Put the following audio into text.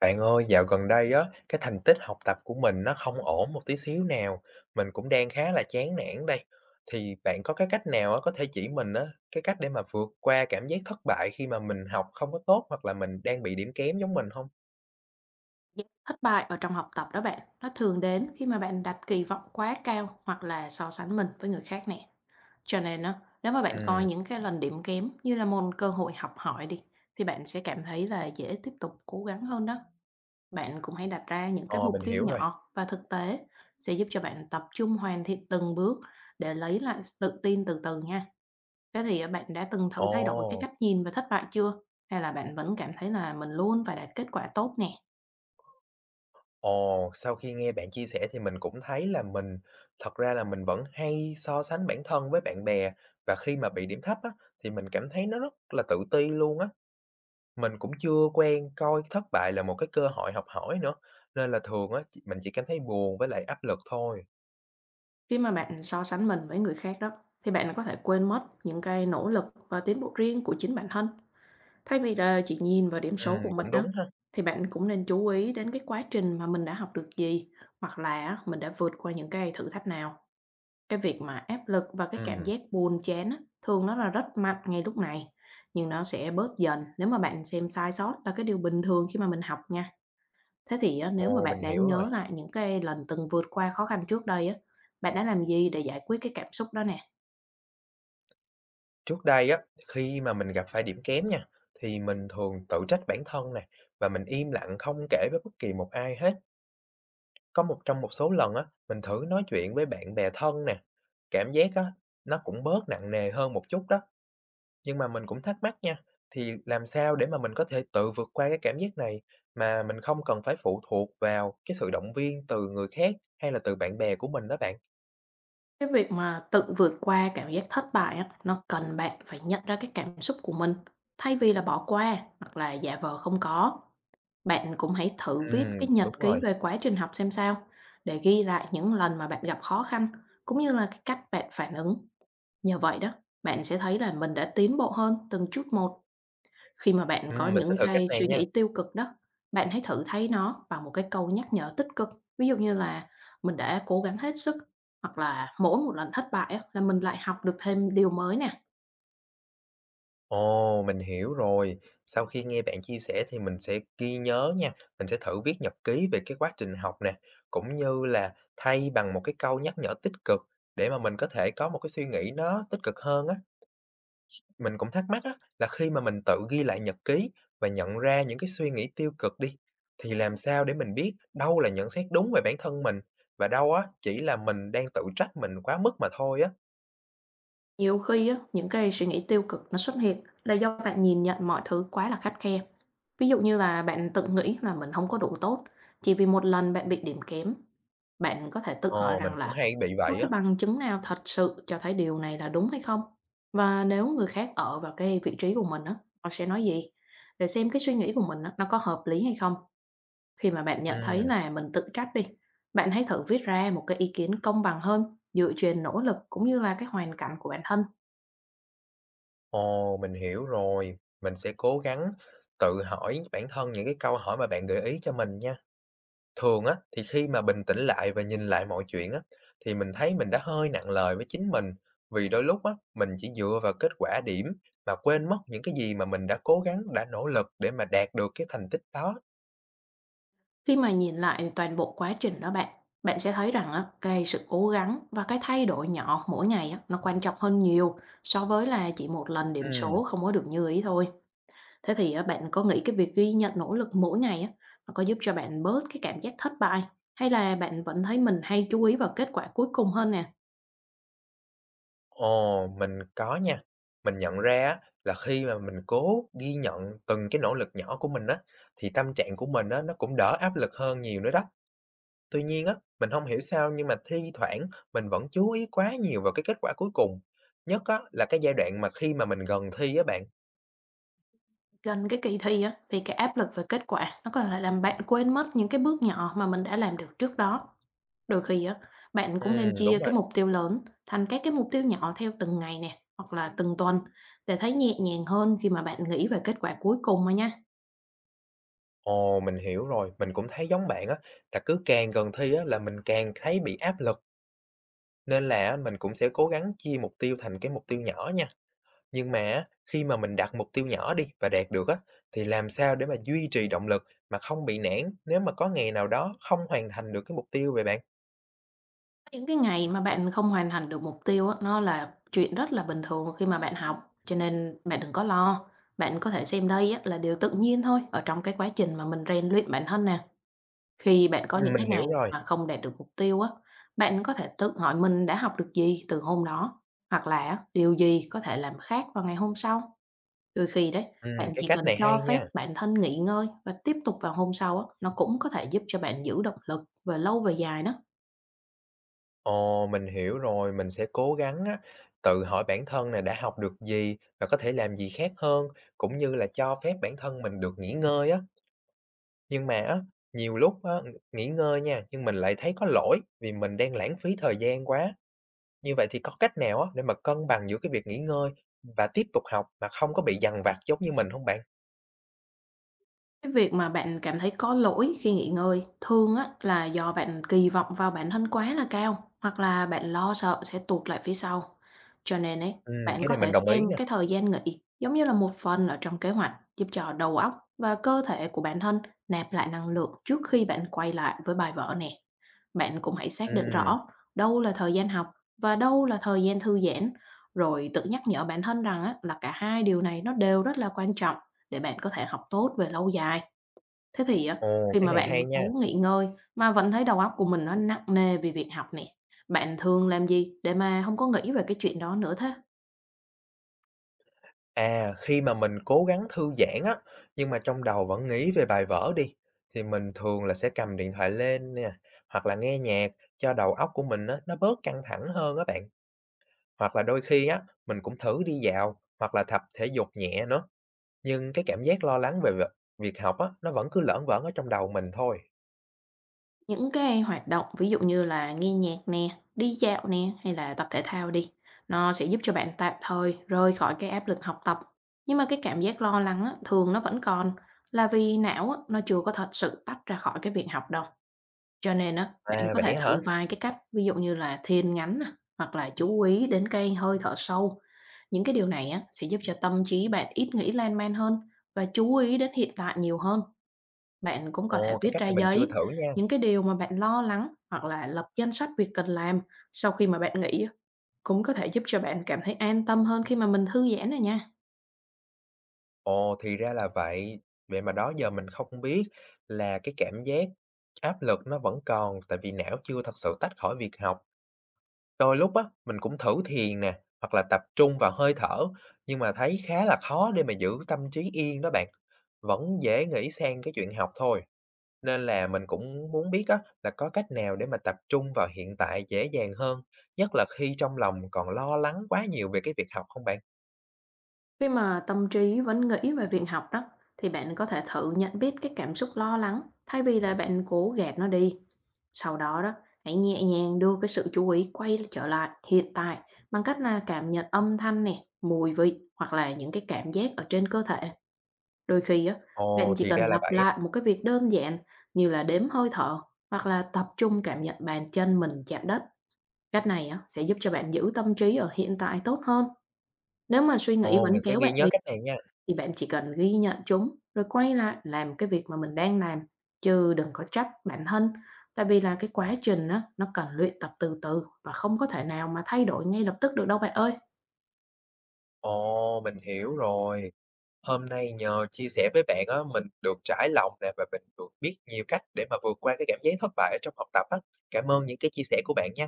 Bạn ơi, dạo gần đây á, cái thành tích học tập của mình nó không ổn một tí xíu nào, mình cũng đang khá là chán nản đây. Thì bạn có cái cách nào á, có thể chỉ mình á, cái cách để mà vượt qua cảm giác thất bại khi mà mình học không có tốt hoặc là mình đang bị điểm kém giống mình không? Giác thất bại ở trong học tập đó bạn, nó thường đến khi mà bạn đặt kỳ vọng quá cao hoặc là so sánh mình với người khác nè. Cho nên á, nếu mà bạn coi Ừm, những cái lần điểm kém như là một cơ hội học hỏi đi, thì bạn sẽ cảm thấy là dễ tiếp tục cố gắng hơn đó. Bạn cũng hãy đặt ra những cái ờ, mục mình tiêu hiểu rồi. nhỏ và thực tế sẽ giúp cho bạn tập trung hoàn thiện từng bước để lấy lại sự tự tin từ từ nha. Thế thì à, bạn đã từng thử thay đổi cái Ồ, cách nhìn về thất bại chưa? Hay là bạn vẫn cảm thấy là mình luôn phải đạt kết quả tốt nè? ồ, sau khi nghe bạn chia sẻ thì mình cũng thấy là mình thật ra là mình vẫn hay so sánh bản thân với bạn bè, và khi mà bị điểm thấp á, thì mình cảm thấy nó rất là tự ti luôn á. Mình cũng chưa quen coi cái thất bại là một cái cơ hội học hỏi nữa, nên là thường á, chị mình chỉ cảm thấy buồn với lại áp lực thôi. Khi mà bạn so sánh mình với người khác đó, thì bạn có thể quên mất những cái nỗ lực và tiến bộ riêng của chính bản thân. Thay vì là chỉ nhìn vào điểm số của mình Cũng đó, đúng ha. thì bạn cũng nên chú ý đến cái quá trình mà mình đã học được gì, hoặc là mình đã vượt qua những cái thử thách nào. Cái việc mà áp lực và cái cảm Ừm, giác buồn chán á, thường nó là rất mạnh ngay lúc này, nhưng nó sẽ bớt dần nếu mà bạn xem sai sót là cái điều bình thường khi mà mình học nha. Thế thì á, nếu mà ồ, mình bạn đã hiểu rồi. nhớ lại những cái lần từng vượt qua khó khăn trước đây á, bạn đã làm gì để giải quyết cái cảm xúc đó nè? Trước đây á, khi mà mình gặp phải điểm kém nha, thì mình thường tự trách bản thân nè, và mình im lặng không kể với bất kỳ một ai hết. Có một trong một số lần á, mình thử nói chuyện với bạn bè thân nè, cảm giác á, nó cũng bớt nặng nề hơn một chút đó. Nhưng mà mình cũng thắc mắc nha, thì làm sao để mà mình có thể tự vượt qua cái cảm giác này mà mình không cần phải phụ thuộc vào cái sự động viên từ người khác hay là từ bạn bè của mình đó bạn? Cái việc mà tự vượt qua cảm giác thất bại á, nó cần bạn phải nhận ra cái cảm xúc của mình thay vì là bỏ qua hoặc là giả vờ không có. Bạn cũng hãy thử viết Ừm, cái nhật đúng ký rồi. về quá trình học xem sao để ghi lại những lần mà bạn gặp khó khăn cũng như là cái cách bạn phản ứng. Nhờ vậy đó, bạn sẽ thấy là mình đã tiến bộ hơn từng chút một. Khi mà bạn có Mình sẽ những thử cách cái này suy nha. nghĩ tiêu cực đó, bạn hãy thử thấy nó bằng một cái câu nhắc nhở tích cực. Ví dụ như là mình đã cố gắng hết sức, hoặc là mỗi một lần thất bại á, là mình lại học được thêm điều mới nè. Ồ, mình hiểu rồi. Sau khi nghe bạn chia sẻ thì mình sẽ ghi nhớ nha. Mình sẽ thử viết nhật ký về cái quá trình học nè, cũng như là thay bằng một cái câu nhắc nhở tích cực để mà mình có thể có một cái suy nghĩ nó tích cực hơn á. Mình cũng thắc mắc á, là khi mà mình tự ghi lại nhật ký và nhận ra những cái suy nghĩ tiêu cực đi, thì làm sao để mình biết đâu là nhận xét đúng về bản thân mình và đâu á chỉ là mình đang tự trách mình quá mức mà thôi á. Nhiều khi á, những cái suy nghĩ tiêu cực nó xuất hiện là do bạn nhìn nhận mọi thứ quá là khắt khe. Ví dụ như là bạn tự nghĩ là mình không có đủ tốt, chỉ vì một lần bạn bị điểm kém. Bạn có thể tự hỏi Ồ, mình rằng cũng là hay bị có vậy cái á. bằng chứng nào thật sự cho thấy điều này là đúng hay không? Và nếu người khác ở vào cái vị trí của mình á, họ sẽ nói gì? Để xem cái suy nghĩ của mình á, nó có hợp lý hay không. Khi mà bạn nhận thấy Ừm, là mình tự trách đi, bạn hãy thử viết ra một cái ý kiến công bằng hơn dựa trên nỗ lực cũng như là cái hoàn cảnh của bản thân. ồ, mình hiểu rồi. Mình sẽ cố gắng tự hỏi bản thân những cái câu hỏi mà bạn gợi ý cho mình nha. Thường á, thì khi mà bình tĩnh lại và nhìn lại mọi chuyện á, thì mình thấy mình đã hơi nặng lời với chính mình, vì đôi lúc á, mình chỉ dựa vào kết quả điểm mà quên mất những cái gì mà mình đã cố gắng, đã nỗ lực để mà đạt được cái thành tích đó. Khi mà nhìn lại toàn bộ quá trình đó bạn, bạn sẽ thấy rằng á, cái sự cố gắng và cái thay đổi nhỏ mỗi ngày á, nó quan trọng hơn nhiều so với là chỉ một lần điểm Ừm, số không có được như ý thôi. Thế thì á, bạn có nghĩ cái việc ghi nhận nỗ lực mỗi ngày á, nó có giúp cho bạn bớt cái cảm giác thất bại hay là bạn vẫn thấy mình hay chú ý vào kết quả cuối cùng hơn nè? ồ, mình có nha. Mình nhận ra á, là khi mà mình cố ghi nhận từng cái nỗ lực nhỏ của mình á, thì tâm trạng của mình á, nó cũng đỡ áp lực hơn nhiều nữa đó. Tuy nhiên á, mình không hiểu sao nhưng mà thi thoảng mình vẫn chú ý quá nhiều vào cái kết quả cuối cùng, nhất á là cái giai đoạn mà khi mà mình gần thi á bạn. Gần cái kỳ thi á, thì cái áp lực về kết quả nó có thể làm bạn quên mất những cái bước nhỏ mà mình đã làm được trước đó. Đôi khi á, bạn cũng nên Đúng chia cái rồi. mục tiêu lớn thành các cái mục tiêu nhỏ theo từng ngày nè, hoặc là từng tuần để thấy nhẹ nhàng hơn khi mà bạn nghĩ về kết quả cuối cùng mà nha. Ồ, mình hiểu rồi, mình cũng thấy giống bạn á, là cứ càng gần thi á là mình càng thấy bị áp lực, nên là á mình cũng sẽ cố gắng chia mục tiêu thành cái mục tiêu nhỏ nha. Nhưng mà á, khi mà mình đặt mục tiêu nhỏ đi và đạt được á, thì làm sao để mà duy trì động lực mà không bị nản nếu mà có ngày nào đó không hoàn thành được cái mục tiêu vậy bạn? Những cái ngày mà bạn không hoàn thành được mục tiêu á, nó là chuyện rất là bình thường khi mà bạn học, cho nên bạn đừng có lo. Bạn có thể xem đây á, là điều tự nhiên thôi ở trong cái quá trình mà mình rèn luyện bản thân nè. Khi bạn có những cái Mình hiểu ngày rồi. mà không đạt được mục tiêu á, bạn có thể tự hỏi mình đã học được gì từ hôm đó, hoặc là á, điều gì có thể làm khác vào ngày hôm sau. Đôi khi đấy, bạn Cái chỉ cách cần này cho hay phép nha. bản thân nghỉ ngơi và tiếp tục vào hôm sau á, nó cũng có thể giúp cho bạn giữ động lực và lâu về dài đó. Ồ, mình hiểu rồi, mình sẽ cố gắng á, tự hỏi bản thân này đã học được gì và có thể làm gì khác hơn, cũng như là cho phép bản thân mình được nghỉ ngơi á. Nhưng mà á, nhiều lúc á, nghỉ ngơi nha, nhưng mình lại thấy có lỗi vì mình đang lãng phí thời gian quá. Như vậy thì có cách nào á, để mà cân bằng giữa cái việc nghỉ ngơi và tiếp tục học mà không có bị dằn vặt giống như mình không bạn? Cái việc mà bạn cảm thấy có lỗi khi nghỉ ngơi thường á là do bạn kỳ vọng vào bản thân quá là cao, hoặc là bạn lo sợ sẽ tụt lại phía sau. Cho nên ấy, Ừ, bạn cái có này thể mình đồng xem ý nè. cái thời gian nghỉ giống như là một phần ở trong kế hoạch giúp cho đầu óc và cơ thể của bản thân nạp lại năng lượng trước khi bạn quay lại với bài vở nè. Bạn cũng hãy xác định Ừm, rõ đâu là thời gian học và đâu là thời gian thư giãn, rồi tự nhắc nhở bản thân rằng á, là cả hai điều này nó đều rất là quan trọng để bạn có thể học tốt về lâu dài. Thế thì á, ồ, khi cái mà này bạn hay cố nha. nghỉ ngơi mà vẫn thấy đầu óc của mình nó nặng nề vì việc học nè, bạn thường làm gì để mà không có nghĩ về cái chuyện đó nữa thế? À, khi mà mình cố gắng thư giãn á, nhưng mà trong đầu vẫn nghĩ về bài vở đi, thì mình thường là sẽ cầm điện thoại lên nè, hoặc là nghe nhạc cho đầu óc của mình á, nó bớt căng thẳng hơn á bạn. Hoặc là đôi khi á, mình cũng thử đi dạo, hoặc là tập thể dục nhẹ nữa. Nhưng cái cảm giác lo lắng về việc việc học á, nó vẫn cứ lởn vởn ở trong đầu mình thôi. Những cái hoạt động ví dụ như là nghe nhạc nè, đi dạo nè, hay là tập thể thao đi, nó sẽ giúp cho bạn tạm thời rời khỏi cái áp lực học tập. Nhưng mà cái cảm giác lo lắng á, thường nó vẫn còn, là vì não á, nó chưa có thật sự tách ra khỏi cái việc học đâu. Cho nên á, bạn À, có vậy thể á thử hả? vài cái cách, ví dụ như là thiền ngắn nè, hoặc là chú ý đến cái hơi thở sâu. Những cái điều này á, sẽ giúp cho tâm trí bạn ít nghĩ lan man hơn và chú ý đến hiện tại nhiều hơn. Bạn cũng có thể Ồ, cái viết cách ra này mình chưa giấy thử nha. những cái điều mà bạn lo lắng hoặc là lập danh sách việc cần làm sau khi mà bạn nghỉ á, cũng có thể giúp cho bạn cảm thấy an tâm hơn khi mà mình thư giãn này nha. Ồ, thì ra là vậy. Vậy mà đó giờ mình không biết là cái cảm giác áp lực nó vẫn còn, tại vì não chưa thật sự tách khỏi việc học. Đôi lúc á, mình cũng thử thiền nè, hoặc là tập trung vào hơi thở, nhưng mà thấy khá là khó để mà giữ tâm trí yên đó bạn. Vẫn dễ nghĩ sang cái chuyện học thôi. Nên là mình cũng muốn biết á, là có cách nào để mà tập trung vào hiện tại dễ dàng hơn, nhất là khi trong lòng còn lo lắng quá nhiều về cái việc học không bạn? Khi mà tâm trí vẫn nghĩ về việc học đó, thì bạn có thể thử nhận biết cái cảm xúc lo lắng thay vì là bạn cố gạt nó đi. Sau đó đó, hãy nhẹ nhàng đưa cái sự chú ý quay trở lại hiện tại bằng cách là cảm nhận âm thanh nè, mùi vị hoặc là những cái cảm giác ở trên cơ thể. Đôi khi á, bạn Ồ, chỉ thì cần ra là lặp vậy. lại một cái việc đơn giản như là đếm hơi thở hoặc là tập trung cảm nhận bàn chân mình chạm đất. Cách này á, sẽ giúp cho bạn giữ tâm trí ở hiện tại tốt hơn. Nếu mà suy nghĩ Ồ, vẫn mình sẽ kéo ghi bạn đi nhớ cách này nha. thì bạn chỉ cần ghi nhận chúng, rồi quay lại làm cái việc mà mình đang làm, chứ đừng có trách bản thân. Tại vì là cái quá trình á, nó cần luyện tập từ từ và không có thể nào mà thay đổi ngay lập tức được đâu bạn ơi. Ồ, mình hiểu rồi. Hôm nay nhờ chia sẻ với bạn á, mình được trải lòng nè và mình được biết nhiều cách để mà vượt qua cái cảm giác thất bại ở trong học tập á. Cảm ơn những cái chia sẻ của bạn nha.